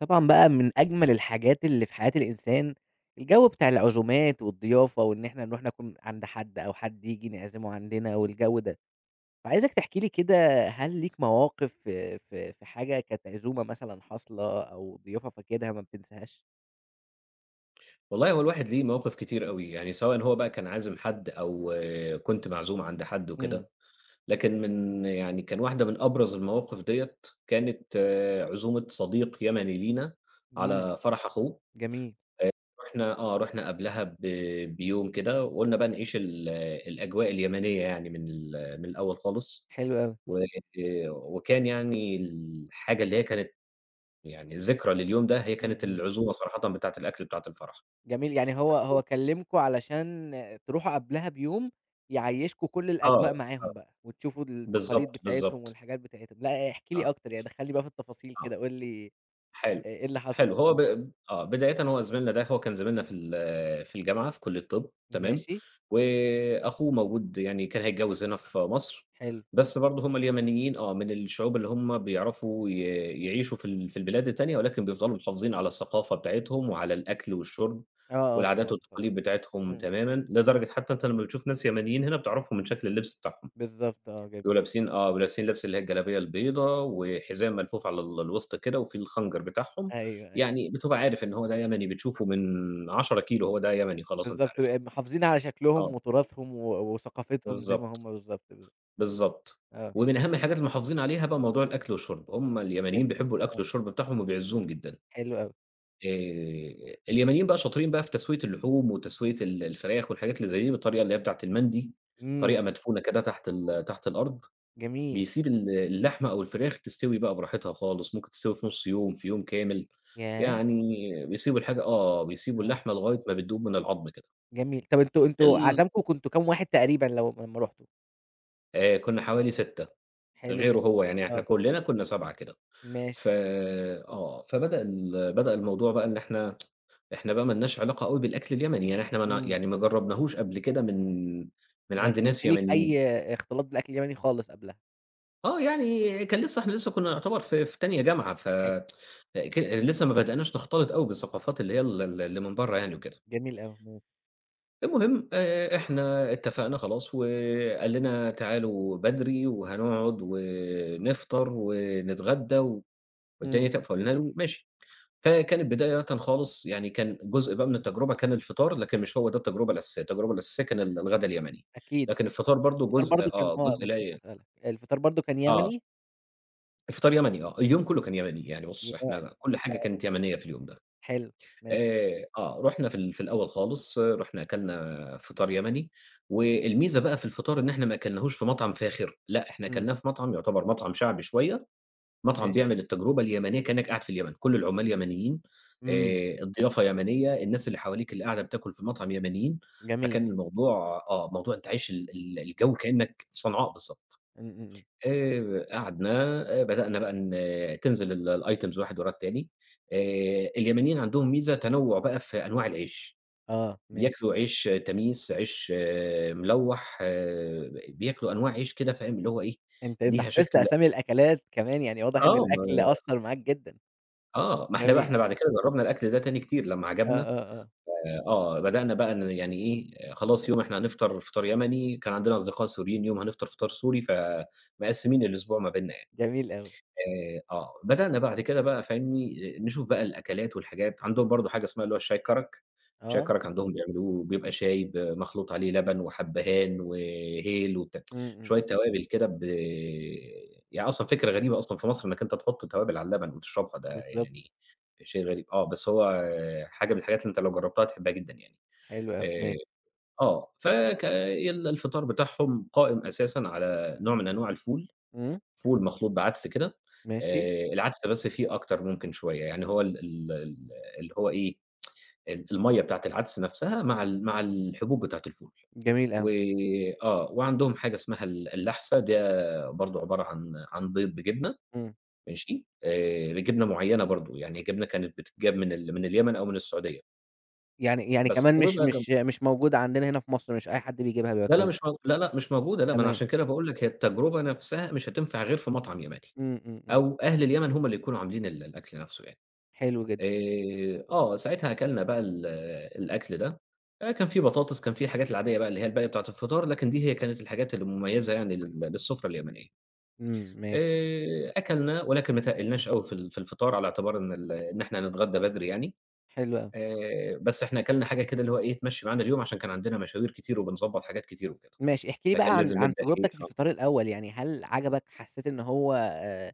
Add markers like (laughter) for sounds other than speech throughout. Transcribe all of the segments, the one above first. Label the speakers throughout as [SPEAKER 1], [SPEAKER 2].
[SPEAKER 1] طبعًا بقى من أجمل الحاجات اللي في حياة الإنسان، الجو بتاع العزومات والضيافة وإن إحنا نروح ناكل عند حد أو حد ييجي نعزمه عندنا والجو ده، فعايزك تحكي لي كده هل ليك مواقف في حاجة كانت عزومة مثلًا حاصلة أو ضيافة فاكرها ما بتنساهاش؟
[SPEAKER 2] والله هو الواحد ليه مواقف كتير أوي، يعني سواء هو بقى كان عازم حد أو كنت معزوم عند حد
[SPEAKER 1] إمم،
[SPEAKER 2] وكده، لكن من يعني كان واحدة من أبرز المواقف ديّة كانت عزومة صديق يمني لينا
[SPEAKER 1] إمم،
[SPEAKER 2] على فرح أخوه.
[SPEAKER 1] جميل،
[SPEAKER 2] آآ رُحنا رُحنا قبلها بيوم كده وقُلنا بقى نعيش الأجواء اليمنية يعني من الأول خالص،
[SPEAKER 1] حلو أوي،
[SPEAKER 2] و آه، وكان يعني الحاجة اللي هي كانت يعني ذكرى لليوم ده هي
[SPEAKER 1] إمم،
[SPEAKER 2] كانت
[SPEAKER 1] إمم.
[SPEAKER 2] العزومة صراحةً بتاعة الأكل بتاعة الفرح.
[SPEAKER 1] جميل، يعني هو كلّمكم علشان تروحوا قبلها بيوم يعيّشكم كل
[SPEAKER 2] آه،
[SPEAKER 1] الأجواء
[SPEAKER 2] آه.
[SPEAKER 1] معاهم بقى، وتشوفوا التقاليد
[SPEAKER 2] بالضبط،
[SPEAKER 1] بتاعتهم
[SPEAKER 2] بالضبط.
[SPEAKER 1] والحاجات بتاعتهم، لأ احكِ
[SPEAKER 2] آه،
[SPEAKER 1] لي أكتر يعني دخّلني بقى في التفاصيل
[SPEAKER 2] آه،
[SPEAKER 1] كده، قُل لي
[SPEAKER 2] حلو،
[SPEAKER 1] إيه اللي حصل
[SPEAKER 2] حلو. هو
[SPEAKER 1] بالضبط؟
[SPEAKER 2] ب آه، بدايةً هو زميلنا ده هو كان زميلنا في الجامعة في كُلّية طِب تمام،
[SPEAKER 1] ماشي،
[SPEAKER 2] وأخوه موجود يعني كان هيتجوّز هنا في مصر،
[SPEAKER 1] حلو،
[SPEAKER 2] بس برضه هم اليمنيين من الشعوب اللي هم بيعرفوا ي يعيشوا في البلاد التانية ولكن بيفضلوا محافظين على الثقافة بتاعتهم وعلى الأكل والشُرب
[SPEAKER 1] آه، آه،
[SPEAKER 2] والعادات
[SPEAKER 1] طبعًا، طبعًا،
[SPEAKER 2] والتقاليد بتاعتهم
[SPEAKER 1] إمم،
[SPEAKER 2] تمامًا، لدرجة حتى أنت لمّا بتشوف ناس يمنيين هنا بتعرفهم من شكل اللبس بتاعهم.
[SPEAKER 1] بالضبط آه، جميل،
[SPEAKER 2] بيبقوا لابسين لبس اللي هي الجلابية البيضا وحزام ملفوف على الوسط كده وفيه الخنجر بتاعهم،
[SPEAKER 1] أيوه، أيوه،
[SPEAKER 2] يعني بتبقى عارف إن هو ده يمني، بتشوفه من 10 كيلو هو ده يمني خلاص أنت
[SPEAKER 1] بالضبط
[SPEAKER 2] عرفت.
[SPEAKER 1] بقى محافظين على
[SPEAKER 2] آه،
[SPEAKER 1] شكلهم وتراثهم و وثقافتهم زي ما هم
[SPEAKER 2] بالضبط،
[SPEAKER 1] بالضبط، بالضبط،
[SPEAKER 2] بالضبط.
[SPEAKER 1] آه،
[SPEAKER 2] ومن أهم الحاجات اللي محافظين عليها بقى موضوع الأكل والشرب، هم
[SPEAKER 1] جميل،
[SPEAKER 2] اليمنيين بيحبوا الأكل
[SPEAKER 1] آه،
[SPEAKER 2] والشرب بتاعهم وبيعزّوهم جدًا.
[SPEAKER 1] حلو أوي،
[SPEAKER 2] اليمنيين بقى شاطرين بقى في تسوية اللحوم وتسوية الفراخ والحاجات اللي زي دي بالطريقة اللي هي بتاعة المندي، طريقة
[SPEAKER 1] إمم،
[SPEAKER 2] مدفونة كده تحت الأرض.
[SPEAKER 1] جميل،
[SPEAKER 2] بيسيب اللحمة أو الفراخ تستوي بقى براحتها خالص، ممكن تستوي في نُص يوم، في يوم كامل،
[SPEAKER 1] ياه!
[SPEAKER 2] يعني بيسيبوا الحاجة آه، بيسيبوا
[SPEAKER 1] آه.
[SPEAKER 2] اللحمة لغاية ما بتدوب من العضم كده.
[SPEAKER 1] جميل. طب أنتم
[SPEAKER 2] ال
[SPEAKER 1] عزمكم كنتم كام واحد تقريبًا لو لمّا رُحتوا؟
[SPEAKER 2] كُنّا حوالي 6
[SPEAKER 1] حلو جدًا.
[SPEAKER 2] غيره هو، يعني إحنا
[SPEAKER 1] آه.
[SPEAKER 2] كُلّنا كُنّا 7 كده. ف
[SPEAKER 1] ماشي.
[SPEAKER 2] آه، فبدأ ال بدأ الموضوع بقى إن إحنا بقى ما لناش علاقة أوي بالأكل اليمني، يعني إحنا ما ن
[SPEAKER 1] إمم.
[SPEAKER 2] يعني ما جرّبناهوش قبل كده من
[SPEAKER 1] ما
[SPEAKER 2] عند ناس
[SPEAKER 1] كانش ليك
[SPEAKER 2] يمنيين.
[SPEAKER 1] أي اختلاط بالأكل اليمني خالص قبلها.
[SPEAKER 2] آه، يعني كان لسه إحنا لسه كنا نعتبر في تانية جامعة، ف
[SPEAKER 1] حلو.
[SPEAKER 2] ك لسه ما بدأناش نختلط أوي بالثقافات اللي هي ال ال اللي من برّه يعني وكده.
[SPEAKER 1] جميل أوي. ماشي.
[SPEAKER 2] المهم إحنا اتفقنا خلاص وقال لنا تعالوا بدري وهنقعد ونفطر ونتغدى والدنيا
[SPEAKER 1] إمم.
[SPEAKER 2] تبقى فقُلنا له ماشي. فكانت بدايةً خالص يعني كان جزء بقى من التجربة كان الفطار، لكن مش هو ده التجربة الأساسية، التجربة الأساسية كان الغدا اليمني،
[SPEAKER 1] أكيد.
[SPEAKER 2] لكن
[SPEAKER 1] بس
[SPEAKER 2] الفطار
[SPEAKER 1] أنت
[SPEAKER 2] برضه
[SPEAKER 1] الفطار
[SPEAKER 2] جزء
[SPEAKER 1] برضه كان
[SPEAKER 2] آه،
[SPEAKER 1] آه،
[SPEAKER 2] جزء
[SPEAKER 1] كنت
[SPEAKER 2] لا
[SPEAKER 1] لسه
[SPEAKER 2] ي
[SPEAKER 1] هاسألك. الفطار برضه كان
[SPEAKER 2] آه.
[SPEAKER 1] يمني؟
[SPEAKER 2] الفطار يمني آه، اليوم كلّه كان يمني، يعني بُص
[SPEAKER 1] ياه!
[SPEAKER 2] إحنا كل حاجة
[SPEAKER 1] آه.
[SPEAKER 2] كانت يمنية في اليوم ده.
[SPEAKER 1] حلو. ماشي.
[SPEAKER 2] رُحنا في الأول خالص، آه، رُحنا أكلنا فطار يمني، والميزة بقى في الفطار إن إحنا ما أكلناهوش في مطعم فاخر، لأ إحنا
[SPEAKER 1] إمم.
[SPEAKER 2] أكلناه في مطعم يعتبر مطعم شعبي شوية، مطعم بيعمل
[SPEAKER 1] ماشي.
[SPEAKER 2] التجربة اليمنية كأنك قاعد في اليمن، كل العمال يمنيين.
[SPEAKER 1] إمم.
[SPEAKER 2] الضيافة يمنية، الناس اللي حواليك اللي قاعدة بتاكل في مطعم يمنيين،
[SPEAKER 1] جميل.
[SPEAKER 2] فكان الموضوع آه، موضوع أنت عايش ال ال الجو كأنك في صنعاء بالضبط.
[SPEAKER 1] إمم، إمم، إمم.
[SPEAKER 2] قعدنا، بدأنا بقى تنزل الitems واحد ورا التاني. آآ اليمنيين عندهم ميزة تنوُّع بقى في أنواع العيش،
[SPEAKER 1] آه، ماشي.
[SPEAKER 2] بياكلوا عيش تميس، عيش آه، ملوّح، آه، بياكلوا أنواع عيش كده فاهم، اللي هو إيه،
[SPEAKER 1] أنت أنت
[SPEAKER 2] ليها
[SPEAKER 1] حفظت
[SPEAKER 2] شكل
[SPEAKER 1] أسامي الأكلات كمان، يعني واضح إن
[SPEAKER 2] آه، ما
[SPEAKER 1] الأكل أثّر معاك جدًا.
[SPEAKER 2] آه، ما إحنا بقى
[SPEAKER 1] جميل.
[SPEAKER 2] إحنا بعد كده جرّبنا الأكل ده تاني كتير لمّا
[SPEAKER 1] آه،
[SPEAKER 2] عجبنا.
[SPEAKER 1] آه، آه.
[SPEAKER 2] آه، آه، بدأنا بقى ن يعني إيه، آه، خلاص يوم إحنا هنفطر فطار يمني، كان عندنا أصدقاء سوريين، يوم هنفطر فطار سوري، فمقسّمين الأسبوع ما بيننا يعني.
[SPEAKER 1] جميل أوي.
[SPEAKER 2] بدأنا بعد كده بقى فاهمني، نشوف بقى الأكلات والحاجات، عندهم برضه حاجة اسمها اللي هو الشاي كرك. شاي
[SPEAKER 1] آه.
[SPEAKER 2] كرك عندهم بيعملوه بيبقى شاي مخلوط عليه لبن وحبهان وهيل وبتاع،
[SPEAKER 1] إمم، إمم،
[SPEAKER 2] شوية توابل كده. يعني أصلًا فكرة غريبة أصلًا في مصر إنّك أنت تحط توابل على اللبن وتشربها ده
[SPEAKER 1] بالضبط،
[SPEAKER 2] يعني شيء غريب، آه، بس هو حاجة من الحاجات اللي أنت لو جربتها هتحبها جدًا يعني.
[SPEAKER 1] حلو أوي،
[SPEAKER 2] آآ
[SPEAKER 1] ماشي،
[SPEAKER 2] آه، فك ال الفطار بتاعهم قائم أساسًا على نوع من أنواع الفول،
[SPEAKER 1] إمم،
[SPEAKER 2] فول مخلوط بعدس كده.
[SPEAKER 1] ماشي،
[SPEAKER 2] العدس بس فيه أكتر ممكن شوية، يعني هو ال ال ال اللي هو إيه، المَيّة بتاعة العدس نفْسها مع الحبوب بتاعة الفول.
[SPEAKER 1] جميل
[SPEAKER 2] و
[SPEAKER 1] أوي،
[SPEAKER 2] آه، وعندهم حاجة اسمها اللحسة، ده برضه عبارة عن بيض بجبنة
[SPEAKER 1] إمم،
[SPEAKER 2] ماشي. بجبنة معيّنة برضه، يعني جبنة كانت بتتجاب من اليمن أو من السعودية.
[SPEAKER 1] يعني
[SPEAKER 2] بس
[SPEAKER 1] كمان مش
[SPEAKER 2] وبيبقى جم
[SPEAKER 1] مش مش موجودة عندنا هنا في مصر، مش أي حد بيجيبها
[SPEAKER 2] لا، لأ
[SPEAKER 1] بياكلها،
[SPEAKER 2] مش موج لا، لأ مش موجودة، لأ ما أنا
[SPEAKER 1] تمام،
[SPEAKER 2] عشان كده باقول لك هي التجربة نفْسها مش هتنفع غير في مطعم يمني،
[SPEAKER 1] إمم، إمم، إمم،
[SPEAKER 2] أو أهل اليمن هم اللي يكونوا عاملين الأكل نفْسه يعني.
[SPEAKER 1] حلو جدًا،
[SPEAKER 2] ساعتها أكلنا بقى الأكل ده. كان في بطاطس، كان في الحاجات العادية بقى اللي هي الباقية بتاعة الفطار، لكن دي هي كانت الحاجات المميزة يعني للسفرة اليمنية.
[SPEAKER 1] إمم، ماشي،
[SPEAKER 2] أكلنا ولكن ما تقلناش أوي في الفطار على اعتبار إن إحنا هنتغدى بدري يعني.
[SPEAKER 1] حلو أوي،
[SPEAKER 2] بس إحنا أكلنا حاجة كده اللي هو إيه تمشّي معانا اليوم عشان كان عندنا مشاوير كتير وبنضبّط حاجات كتير وكده،
[SPEAKER 1] ماشي، احكِ لي بقى
[SPEAKER 2] فكان
[SPEAKER 1] عن
[SPEAKER 2] لازم
[SPEAKER 1] عن
[SPEAKER 2] نبدأ إيه
[SPEAKER 1] تجربتك في
[SPEAKER 2] آه.
[SPEAKER 1] الفطار الأول، يعني هل عجبك، حسيت إن هو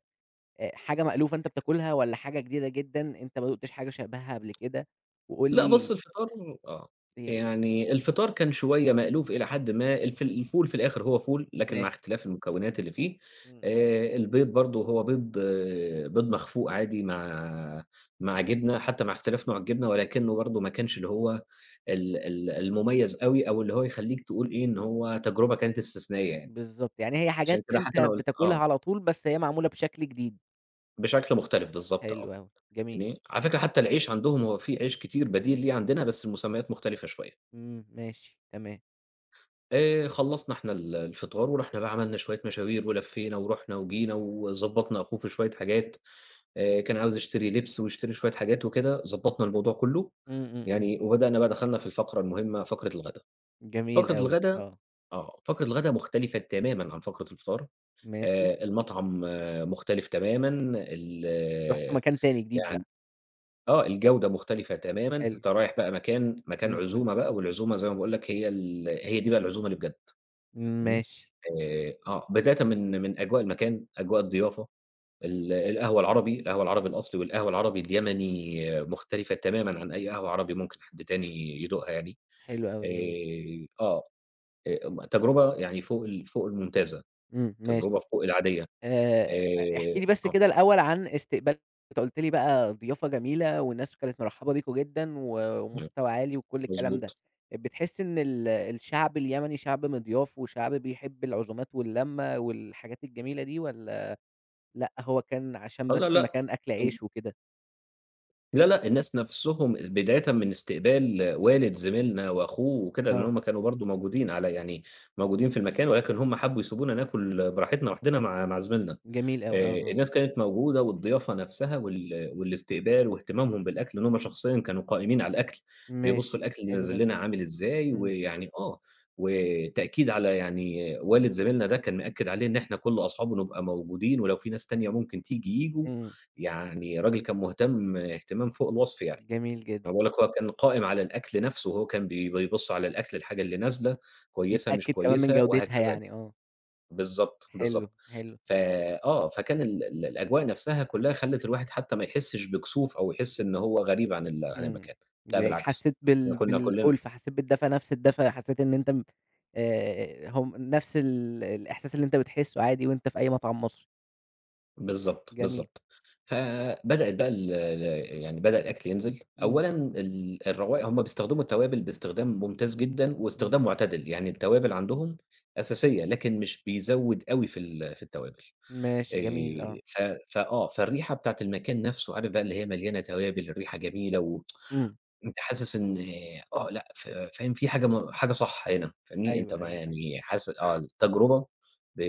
[SPEAKER 1] حاجة مألوفة أنت بتاكلها والّا حاجة جديدة جدًا أنت ما دُقتش حاجة شبهها قبل كده؟ وقُل
[SPEAKER 2] لأ بُص
[SPEAKER 1] لي
[SPEAKER 2] الفطار آه،
[SPEAKER 1] آآ،
[SPEAKER 2] يعني الفطار كان شوية مألوف إلى حدٍ ما، الفول في الآخر هو فول، لكن مع
[SPEAKER 1] ماشي،
[SPEAKER 2] اختلاف المكونات اللي فيه.
[SPEAKER 1] إمم،
[SPEAKER 2] البيض برضه هو بيض مخفوق عادي مع جبنة، حتى مع اختلاف نوع الجبنة، ولكنه برضه ما كانش اللي هو ال ال المميز أوي، أو اللي هو يخلّيك تقول إيه، إن هو تجربة كانت استثنائية يعني.
[SPEAKER 1] بالضبط، يعني هي
[SPEAKER 2] عشان
[SPEAKER 1] حاجات
[SPEAKER 2] كده
[SPEAKER 1] أنت
[SPEAKER 2] حتى أنا قُلت
[SPEAKER 1] بتاكلها
[SPEAKER 2] آه،
[SPEAKER 1] على طول، بس هي معمولة بشكل جديد.
[SPEAKER 2] بشكل مختلف بالضبط آه،
[SPEAKER 1] حلو أوي، جميل،
[SPEAKER 2] يعني على فكرة حتى العيش عندهم هو في عيش كتير بديل ليه عندنا، بس المسميات مختلفة شوية.
[SPEAKER 1] إمم، ماشي، تمام،
[SPEAKER 2] خلّصنا إحنا الفطار ورُحنا بقى عملنا شوية مشاوير ولفّينا ورُحنا وجينا وضبّطنا أخوه في شوية حاجات. كان عاوز يشتري لبس ويشتري شوية حاجات وكده، ضبّطنا الموضوع كُلّه،
[SPEAKER 1] إمم، إمم، إمم،
[SPEAKER 2] يعني وبدأنا بقى دخلنا في الفقرة المهمة فقرة الغدا.
[SPEAKER 1] جميل
[SPEAKER 2] فقرة
[SPEAKER 1] أوي،
[SPEAKER 2] الغدا
[SPEAKER 1] آه،
[SPEAKER 2] آه، فقرة الغدا مختلفة تمامًا عن فقرة الفطار.
[SPEAKER 1] ماشي،
[SPEAKER 2] المطعم آه، مختلف تمامًا.
[SPEAKER 1] رُحت
[SPEAKER 2] ال
[SPEAKER 1] مكان تاني جديد
[SPEAKER 2] يعني
[SPEAKER 1] بقى،
[SPEAKER 2] آه، الجودة مختلفة تمامًا،
[SPEAKER 1] حلو،
[SPEAKER 2] أنت رايح بقى مكان
[SPEAKER 1] إمم، إمم،
[SPEAKER 2] عزومة بقى، والعزومة زي ما باقول لك هي دي بقى العزومة اللي بجد. فاهمني؟
[SPEAKER 1] ماشي،
[SPEAKER 2] بدايةً من أجواء المكان، أجواء الضيافة، القهوة العربي، القهوة العربي الأصلي والقهوة العربي اليمني آه، مختلفة تمامًا عن أي قهوة عربي ممكن حد تاني يدوقها يعني.
[SPEAKER 1] حلو أوي، جميل،
[SPEAKER 2] آه، م تجربة يعني فوق الممتازة،
[SPEAKER 1] إمم، ماشي،
[SPEAKER 2] تجربة فوق العادية.
[SPEAKER 1] آآ، احكِ
[SPEAKER 2] آآ
[SPEAKER 1] لي بس
[SPEAKER 2] آه،
[SPEAKER 1] كده الأول عن استقبالك، أنت قُلت لي بقى ضيافة جميلة والناس كانت مرحبة بيكم جدًا و
[SPEAKER 2] إمم،
[SPEAKER 1] ومستوى عالي وكل الكلام ده،
[SPEAKER 2] مضبوط.
[SPEAKER 1] بتحس إن الشعب اليمني شعب مضياف وشعب بيحب العزومات واللمة والحاجات الجميلة دي والّا لأ، هو كان عشان
[SPEAKER 2] آه،
[SPEAKER 1] بس
[SPEAKER 2] لا، لأ.
[SPEAKER 1] المكان أكل عيش وكده؟
[SPEAKER 2] لا، لأ، الناس نَفْسهم بدايةً من استقبال والد زميلنا وأخوه وكده، لإن
[SPEAKER 1] آه،
[SPEAKER 2] هُم كانوا برضه موجودين على يعني موجودين في المكان، ولكن هُم حبّوا يسيبونا ناكل براحتنا لوحدنا مع زميلنا.
[SPEAKER 1] جميل أوي، آه، آه،
[SPEAKER 2] الناس كانت موجودة والضيافة نفسها والاستقبال واهتمامهم بالأكل، لإن هُم شخصيًا كانوا قائمين على الأكل، بيبصوا
[SPEAKER 1] ماشي،
[SPEAKER 2] الأكل اللي
[SPEAKER 1] حلو
[SPEAKER 2] نازل لنا
[SPEAKER 1] جميل،
[SPEAKER 2] عامل إزاي،
[SPEAKER 1] إمم،
[SPEAKER 2] ويعني آه، وتأكيد على يعني والد زميلنا ده كان مأكد عليه إن إحنا كل أصحابه نبقى موجودين، ولو في ناس تانية ممكن ييجوا،
[SPEAKER 1] إمم،
[SPEAKER 2] يعني راجل كان مهتم اهتمام فوق الوصف يعني،
[SPEAKER 1] جميل جدًا،
[SPEAKER 2] أنا باقول لك هو كان قائم على الأكل نفسه، وهو كان بيبص على الأكل الحاجة اللي نازلة كويسة مش
[SPEAKER 1] بيتأكد كمان من
[SPEAKER 2] كويسة
[SPEAKER 1] جودتها
[SPEAKER 2] وهكذا يعني،
[SPEAKER 1] يعني، آه،
[SPEAKER 2] بالضبط،
[SPEAKER 1] حلو،
[SPEAKER 2] بالضبط.
[SPEAKER 1] حلو،
[SPEAKER 2] ف آه، فكان ال ال الأجواء نفسها كلّها خلّت الواحد حتى ما يحسّش بكسوف أو يحس إن هو غريب عن
[SPEAKER 1] إمم،
[SPEAKER 2] المكان، لأ بالعكس،
[SPEAKER 1] حسيت
[SPEAKER 2] إحنا
[SPEAKER 1] بال
[SPEAKER 2] كنا كلّنا
[SPEAKER 1] بالألفة، حسيت بالدفى، نفس الدفى، حسيت إن أنت هم نفس الإحساس اللي أنت بتحسه عادي وأنت في أي مطعم مصري،
[SPEAKER 2] بالضبط،
[SPEAKER 1] جميل،
[SPEAKER 2] بالضبط. فبدأت بقى ال ال يعني بدأ الأكل ينزل،
[SPEAKER 1] إمم،
[SPEAKER 2] أولًا الروايق هُم بيستخدموا التوابل باستخدام ممتاز جدًا
[SPEAKER 1] إمم،
[SPEAKER 2] واستخدام معتدل، يعني التوابل عندهم أساسية، لكن مش بيزوّد أوي في التوابل.
[SPEAKER 1] ماشي جميل، آه،
[SPEAKER 2] ف فآه، فالريحة بتاعة المكان نفسه، عارف بقى اللي هي مليانة توابل، الريحة جميلة و
[SPEAKER 1] إمم،
[SPEAKER 2] أنت حاسس إن آه، لأ، ف فاهم في حاجة صح هنا، فاهمني؟ أنت
[SPEAKER 1] أيوه،
[SPEAKER 2] ما
[SPEAKER 1] أيوه، أيوه،
[SPEAKER 2] يعني حاسس آه، التجربة ب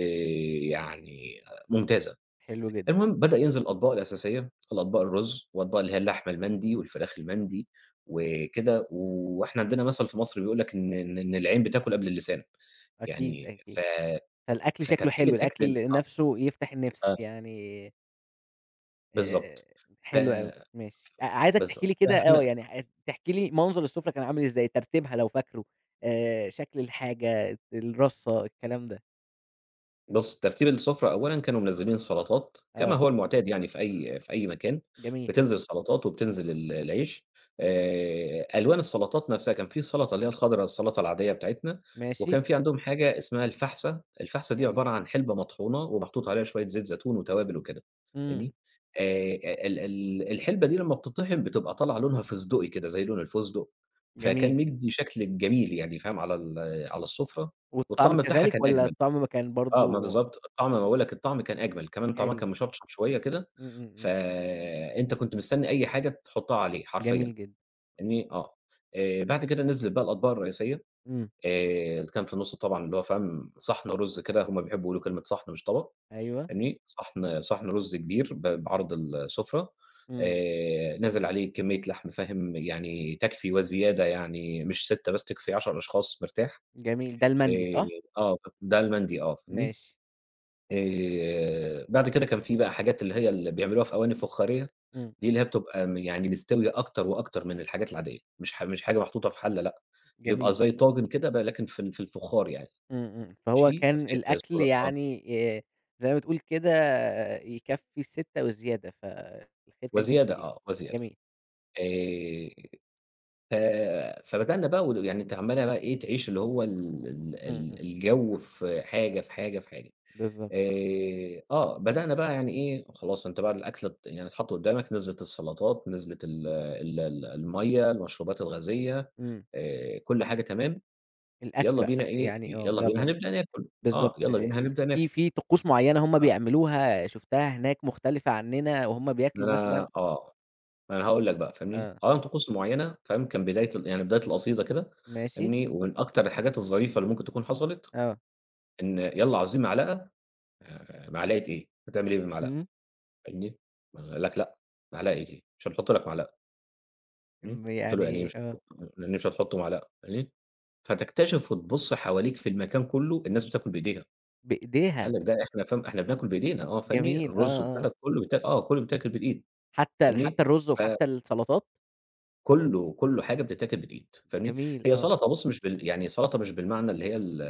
[SPEAKER 2] يعني ممتازة.
[SPEAKER 1] حلو جدًا،
[SPEAKER 2] المهم بدأ ينزل الأطباق الأساسية، الأطباق الرز، وأطباق اللي هي اللحمة المندي والفراخ المندي وكده، وإحنا عندنا مثل في مصر بيقول لك إن العين بتاكل قبل اللسان،
[SPEAKER 1] أكيد،
[SPEAKER 2] يعني
[SPEAKER 1] أكيد، فالأكل شكله
[SPEAKER 2] فترتيب
[SPEAKER 1] حلو،
[SPEAKER 2] الأكل ال
[SPEAKER 1] الأكل نفسه يفتح
[SPEAKER 2] آه،
[SPEAKER 1] النفس،
[SPEAKER 2] آه،
[SPEAKER 1] يعني آآ
[SPEAKER 2] بالضبط. ف
[SPEAKER 1] حلو أوي، ماشي.
[SPEAKER 2] ف
[SPEAKER 1] عايزك تحكي
[SPEAKER 2] بالضبط،
[SPEAKER 1] لي كده آه،
[SPEAKER 2] فإحنا
[SPEAKER 1] يعني تحكي لي منظر السفرة كان عامل إزاي، ترتيبها لو فاكره، شكل الحاجة، الرصة، الكلام ده.
[SPEAKER 2] بُص، ترتيب السفرة أولًا كانوا منزّلين سلطات كما
[SPEAKER 1] آه،
[SPEAKER 2] هو المعتاد يعني في أي مكان،
[SPEAKER 1] جميل،
[SPEAKER 2] بتنزل سلطات وبتنزل العيش. ألوان السلطات نفسها كان في سلطة اللي هي الخضرا السلطة العادية بتاعتنا،
[SPEAKER 1] ماشي،
[SPEAKER 2] وكان في عندهم حاجة اسمها الفحسة، الفحسة دي
[SPEAKER 1] حلو.
[SPEAKER 2] عبارة عن حلبة مطحونة ومحطوط عليها شوية زيت زيتون وتوابل وكده،
[SPEAKER 1] إمم،
[SPEAKER 2] فاهمني؟ آآ، ال ال الحلبة دي لمّا بتطحن بتبقى طالعة لونها فستقي كده زي لون الفستق، فكان
[SPEAKER 1] جميل.
[SPEAKER 2] مدّي شكل جميل يعني فاهم على على السفرة،
[SPEAKER 1] والطعم
[SPEAKER 2] والطعم بتاعها
[SPEAKER 1] كذلك
[SPEAKER 2] كان
[SPEAKER 1] والّا
[SPEAKER 2] أجمل.
[SPEAKER 1] الطعم ما كان
[SPEAKER 2] آه، ما
[SPEAKER 1] برضه
[SPEAKER 2] بالضبط، الطعم ما باقول لك الطعم كان أجمل، كمان طعمها
[SPEAKER 1] حلو؟
[SPEAKER 2] كان مشطشط شوية كده،
[SPEAKER 1] إمم، إمم، إمم،
[SPEAKER 2] فأنت كنت مستني أي حاجة تحطها عليه حرفيًا،
[SPEAKER 1] جميل جدًا.
[SPEAKER 2] فاهمني؟ بعد كده نزلت بقى الأطباق الرئيسية،
[SPEAKER 1] إمم،
[SPEAKER 2] اللي كان في النُص طبعًا اللي هو فاهم صحن رز كده، هُم بيحبوا يقولوا كلمة صحن مش طبق،
[SPEAKER 1] أيوه،
[SPEAKER 2] فاهمني؟ صحن رز كبير بعرض السفرة،
[SPEAKER 1] إمم،
[SPEAKER 2] نازل عليه كمية لحم فاهم، يعني تكفي وزيادة يعني مش 6 بس تكفي 10 أشخاص مرتاح،
[SPEAKER 1] جميل. ده
[SPEAKER 2] آآ
[SPEAKER 1] المندي صح؟
[SPEAKER 2] ده المندي آه، فاهمني؟
[SPEAKER 1] ماشي،
[SPEAKER 2] بعد كده كان في بقى حاجات اللي هي اللي بيعملوها في أواني فخارية،
[SPEAKER 1] إمم،
[SPEAKER 2] دي اللي هي بتبقى يعني مستوية أكتر وأكتر من الحاجات العادية، مش حاجة محطوطة في حلة لأ، بيبقى
[SPEAKER 1] جميل.
[SPEAKER 2] زي طاجن كده بقى لكن في الفخار يعني،
[SPEAKER 1] إمم، إمم. فهو
[SPEAKER 2] ماشي،
[SPEAKER 1] كان
[SPEAKER 2] في
[SPEAKER 1] الأكل
[SPEAKER 2] صورة آه،
[SPEAKER 1] يعني آآ زي ما بتقول كده يكفّي الستة وزيادة، فالخير كان
[SPEAKER 2] وزيادة
[SPEAKER 1] كتير يعني.
[SPEAKER 2] آه، وزيادة
[SPEAKER 1] جميل.
[SPEAKER 2] آآ ف فبدأنا بقى يعني أنت عمّال بقى إيه تعيش اللي هو ال ال
[SPEAKER 1] إمم،
[SPEAKER 2] ال
[SPEAKER 1] إمم.
[SPEAKER 2] الجو في حاجة، في حاجة، في حاجة.
[SPEAKER 1] بالضبط.
[SPEAKER 2] آه، بدأنا بقى يعني إيه، خلاص أنت بعد الأكلة يعني اتحط قدّامك، نزلت السلطات، نزلت ال ال ال المَيّة، المشروبات الغازية،
[SPEAKER 1] إمم.
[SPEAKER 2] كل حاجة تمام،
[SPEAKER 1] الأكل بقى يعني آه،
[SPEAKER 2] يالّا بينا
[SPEAKER 1] يالّا بقى.
[SPEAKER 2] هنبدأ ناكل، آه،
[SPEAKER 1] بالضبط.
[SPEAKER 2] يالّا بينا
[SPEAKER 1] ال
[SPEAKER 2] هنبدأ ناكل،
[SPEAKER 1] في في طقوس معيّنة هم بيعملوها شُفتها هناك مختلفة عنّنا وهم
[SPEAKER 2] ده
[SPEAKER 1] بياكلوا
[SPEAKER 2] أنا
[SPEAKER 1] مثلًا
[SPEAKER 2] آه، ما أنا هاقول لك بقى فاهمني،
[SPEAKER 1] آه.
[SPEAKER 2] آه طقوس معيّنة فاهم، كان بداية يعني بداية القصيدة كده
[SPEAKER 1] ماشي.
[SPEAKER 2] فاهمني، ومن أكتر الحاجات الظريفة اللي ممكن تكون حصلت،
[SPEAKER 1] آه.
[SPEAKER 2] إن يالّا عاوزين معلقة، معلقة إيه، هتعمل إيه بالمعلقة
[SPEAKER 1] إمم.
[SPEAKER 2] فاهمني، ما قال لك لأ، معلقة إيه، مش هنحط لك معلقة. إمم،
[SPEAKER 1] م
[SPEAKER 2] قُلت له: "يعني إيه مش
[SPEAKER 1] يعني آه.
[SPEAKER 2] هتحط يعني إيه مش هتحط معلقة؟" قال لي: "هتكتشف وتبُص حواليك في المكان كله الناس بتاكل بإيديها." قال
[SPEAKER 1] بإيديها.
[SPEAKER 2] لك: "ده إحنا فاهم إحنا بناكل بإيدينا آه، فاهمني،
[SPEAKER 1] جميل.
[SPEAKER 2] الرز
[SPEAKER 1] آه، آه.
[SPEAKER 2] بتاعنا كله آه، كله بيتاكل بالإيد
[SPEAKER 1] حتّى ال
[SPEAKER 2] فاهمني،
[SPEAKER 1] حتّى الرُز وحتّى السلطات؟
[SPEAKER 2] فكله، كل حاجة بتتاكل بالإيد." فاهمني،
[SPEAKER 1] جميل
[SPEAKER 2] هي
[SPEAKER 1] آه.
[SPEAKER 2] سلطة بُص مش يعني سلطة مش بالمعنى اللي هي ال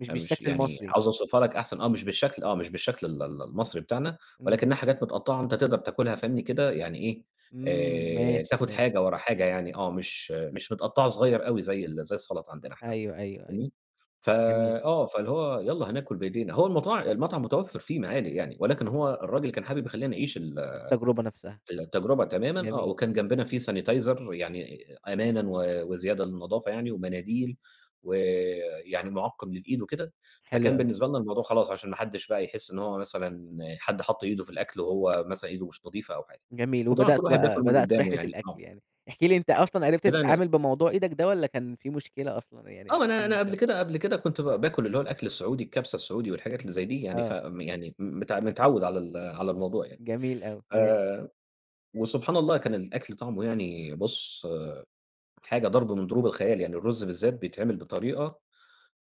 [SPEAKER 1] مش
[SPEAKER 2] مش
[SPEAKER 1] بالشكل
[SPEAKER 2] يعني
[SPEAKER 1] المصري.
[SPEAKER 2] عاوز أوصفها لك أحسن آه، مش بالشكل آه، مش بالشكل ال ال المصري بتاعنا،
[SPEAKER 1] إمم.
[SPEAKER 2] ولكنها حاجات متقطّعة أنت تقدر تاكلها فاهمني كده يعني إيه،
[SPEAKER 1] إمم، ماشي،
[SPEAKER 2] تاخد
[SPEAKER 1] ماشي.
[SPEAKER 2] حاجة ورا حاجة يعني آه، مش متقطّعة صغيّر أوي زي السَلَطة عندنا إحنا
[SPEAKER 1] أيوه، أيوه، أيوه.
[SPEAKER 2] فاهمني؟ فا
[SPEAKER 1] جميل.
[SPEAKER 2] آه، فاللي هو يالّا هناكل بإيدينا، هو المطعم متوفّر فيه معالق يعني، ولكن هو الراجل كان حابب يخلّينا نعيش
[SPEAKER 1] التجربة نفسها.
[SPEAKER 2] التجربة تمامًا آه،
[SPEAKER 1] جميل،
[SPEAKER 2] وكان جنبنا في sanitizer يعني أمانًا وزيادة للنضافة يعني ومناديل، ويعني مُعقّم للإيد وكده،
[SPEAKER 1] حلو
[SPEAKER 2] فكان
[SPEAKER 1] أوي.
[SPEAKER 2] بالنسبة لنا الموضوع خلاص عشان ما حدّش بقى يحس إن هو مثلًا حد حَط إيده في الأكل وهو مثلًا إيده مش نضيفة أو حاجة،
[SPEAKER 1] جميل،
[SPEAKER 2] وطبعًا كل
[SPEAKER 1] وبدأتوا
[SPEAKER 2] واحد بياكل
[SPEAKER 1] بقى
[SPEAKER 2] من
[SPEAKER 1] بدأتوا
[SPEAKER 2] قدّامه
[SPEAKER 1] رحلة
[SPEAKER 2] يعني آه،
[SPEAKER 1] الأكل يعني. احكِ لي أنت أصلًا عرفت
[SPEAKER 2] بدأنا
[SPEAKER 1] تتعامل بموضوع إيدك ده والّا كان في مشكلة أصلًا؟ يعني
[SPEAKER 2] آه،
[SPEAKER 1] حاسس
[SPEAKER 2] أنا
[SPEAKER 1] إن
[SPEAKER 2] أنا قبل
[SPEAKER 1] أنت
[SPEAKER 2] كده قبل كده كنت باكل اللي هو الأكل السعودي، الكبسة السعودي والحاجات اللي زي دي يعني
[SPEAKER 1] آه،
[SPEAKER 2] يعني متعوّد على على الموضوع يعني،
[SPEAKER 1] جميل أوي، ماشي.
[SPEAKER 2] آآ وسبحان الله كان الأكل طعمه يعني بُص حاجة ضرب من ضروب الخيال، يعني الرز بالذات بيتعمل بطريقة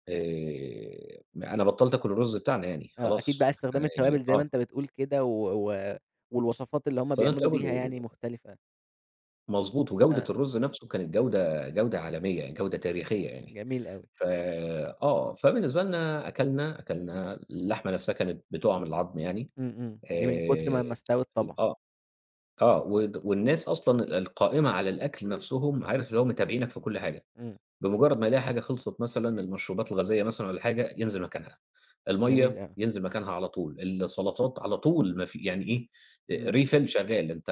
[SPEAKER 2] أنا بطّلت آكل الرز بتاعنا يعني
[SPEAKER 1] آه، أكيد بقى
[SPEAKER 2] خلاص،
[SPEAKER 1] استخدام
[SPEAKER 2] يعني
[SPEAKER 1] التوابل زي ما
[SPEAKER 2] آه،
[SPEAKER 1] أنت بتقول كده و و والوصفات اللي هم
[SPEAKER 2] صنِعت
[SPEAKER 1] بيعملوا
[SPEAKER 2] أول
[SPEAKER 1] بيها
[SPEAKER 2] و
[SPEAKER 1] يعني مختلفة.
[SPEAKER 2] مضبوط، وجودة
[SPEAKER 1] آه،
[SPEAKER 2] الرز نَفْسه كانت جودة جودة عالمية، جودة تاريخية يعني.
[SPEAKER 1] جميل أوي.
[SPEAKER 2] ف آه، فبالنسبة لنا أكلنا اللحمة نَفْسها كانت بتُقع من العضم يعني
[SPEAKER 1] إمم، إمم. دي من كتر ما
[SPEAKER 2] آآ
[SPEAKER 1] ما استوت طبعًا.
[SPEAKER 2] آه، والناس أصلًا القائمة على الأكل نَفْسهم عارف اللي هو متابعينك في كل حاجة.
[SPEAKER 1] إمم،
[SPEAKER 2] بمجرد ما يلاقي حاجة خلصت مثلًا، المشروبات الغازية مثلًا والّا حاجة، ينزل مكانها،
[SPEAKER 1] جميل
[SPEAKER 2] المَيّة
[SPEAKER 1] أوي.
[SPEAKER 2] ينزل مكانها على طول، السلطات على طول ما في يعني إيه،
[SPEAKER 1] إمم،
[SPEAKER 2] refill شغال، أنت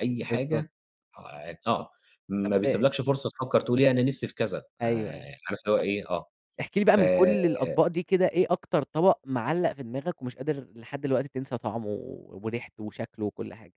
[SPEAKER 2] أي
[SPEAKER 1] بالضبط.
[SPEAKER 2] حاجة آه، يعني، آه، ما
[SPEAKER 1] طب
[SPEAKER 2] بيسيبلكش فرصة تفكّر تقول إيه أنا نِفْسي في كذا،
[SPEAKER 1] أيوه، أيوه.
[SPEAKER 2] عارف اللي هو إيه، آه.
[SPEAKER 1] احكِ لي بقى من كل
[SPEAKER 2] فبُص،
[SPEAKER 1] الأطباق دي كده، إيه أكتر طبق معلّق في دماغك ومش قادر لحد دلوقتي تنسى طعمه و- وريحته وشكله وكل حاجة؟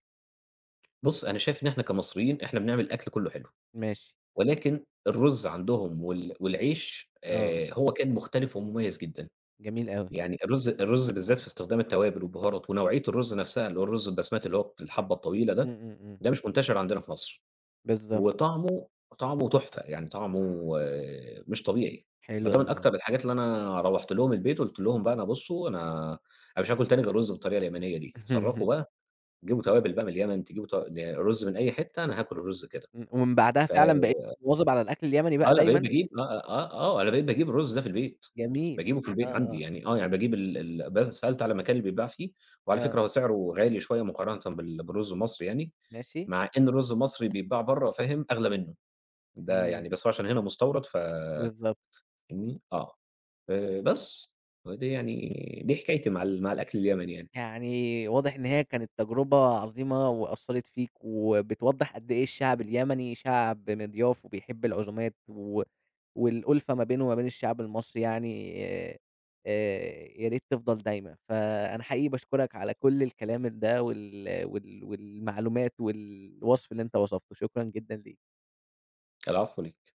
[SPEAKER 2] أنا شايف إن إحنا كمصريين إحنا بنعمل الأكل كُلّه حلو،
[SPEAKER 1] ماشي،
[SPEAKER 2] ولكن الرُز عندهم والعيش
[SPEAKER 1] آه،
[SPEAKER 2] هو كان مختلف ومميز جدًا.
[SPEAKER 1] جميل أوي.
[SPEAKER 2] يعني الرز بالذات في استخدام التوابل والبهارات ونوعية الرز نفسها، اللي هو الرز البسمتي اللي هو الحبّة الطويلة
[SPEAKER 1] إمم،
[SPEAKER 2] ده،
[SPEAKER 1] إمم، إمم.
[SPEAKER 2] ده مش منتشر عندنا في مصر،
[SPEAKER 1] بالضبط،
[SPEAKER 2] وطعمه طعمه تحفة، يعني طعمه مش طبيعي،
[SPEAKER 1] حلو
[SPEAKER 2] فده من
[SPEAKER 1] أوي، آه.
[SPEAKER 2] أكتر الحاجات اللي أنا روّحت لهم البيت وقُلت لهم بقى: "أنا بُصّوا أنا مش هاكل تاني غير رز بالطريقة اليمنية دي،
[SPEAKER 1] إمم،
[SPEAKER 2] تصرّفوا
[SPEAKER 1] (laughs)
[SPEAKER 2] بقى، تجيبوا توابل بقى من اليمن، تجيبوا ت رز من أي حتّة، أنا هاكل الرز كده."
[SPEAKER 1] ومن بعدها
[SPEAKER 2] ف
[SPEAKER 1] فعلًا بقيت مواظب على الأكل اليمني
[SPEAKER 2] آه،
[SPEAKER 1] بقى
[SPEAKER 2] لأ بقيت
[SPEAKER 1] دايمًا؟
[SPEAKER 2] باجيب أنا بقيت باجيب الرز ده في البيت،
[SPEAKER 1] جميل،
[SPEAKER 2] باجيبه في
[SPEAKER 1] آه،
[SPEAKER 2] البيت عندي
[SPEAKER 1] آه،
[SPEAKER 2] يعني آه، يعني باجيب ال ال ب سألت على المكان اللي بيتباع فيه، وعلى
[SPEAKER 1] آه،
[SPEAKER 2] فكرة هو سعره غالي شوية مقارنة بالرز المصري يعني،
[SPEAKER 1] ماشي.
[SPEAKER 2] مع إن الرز المصري بيتباع برّه فاهم، أغلى منه، ده يعني
[SPEAKER 1] إمم.
[SPEAKER 2] بس هو عشان هنا مستورد
[SPEAKER 1] بالضبط.
[SPEAKER 2] فاهمني؟ بس، ودي يعني دي حكايتي مع مع الأكل اليمني يعني.
[SPEAKER 1] يعني واضح إن هي كانت تجربة عظيمة وأثّرت فيك، وبتوضّح قد إيه الشعب اليمني شعب مضياف وبيحب العزومات و والألفة ما بينه وما بين الشعب المصري يعني يا ريت تفضل دايمة، فأنا حقيقي باشكرك على كل الكلام ده وال وال والمعلومات والوصف اللي أنت وصفته، شكرًا جدًا ليك.
[SPEAKER 2] العفو ليك.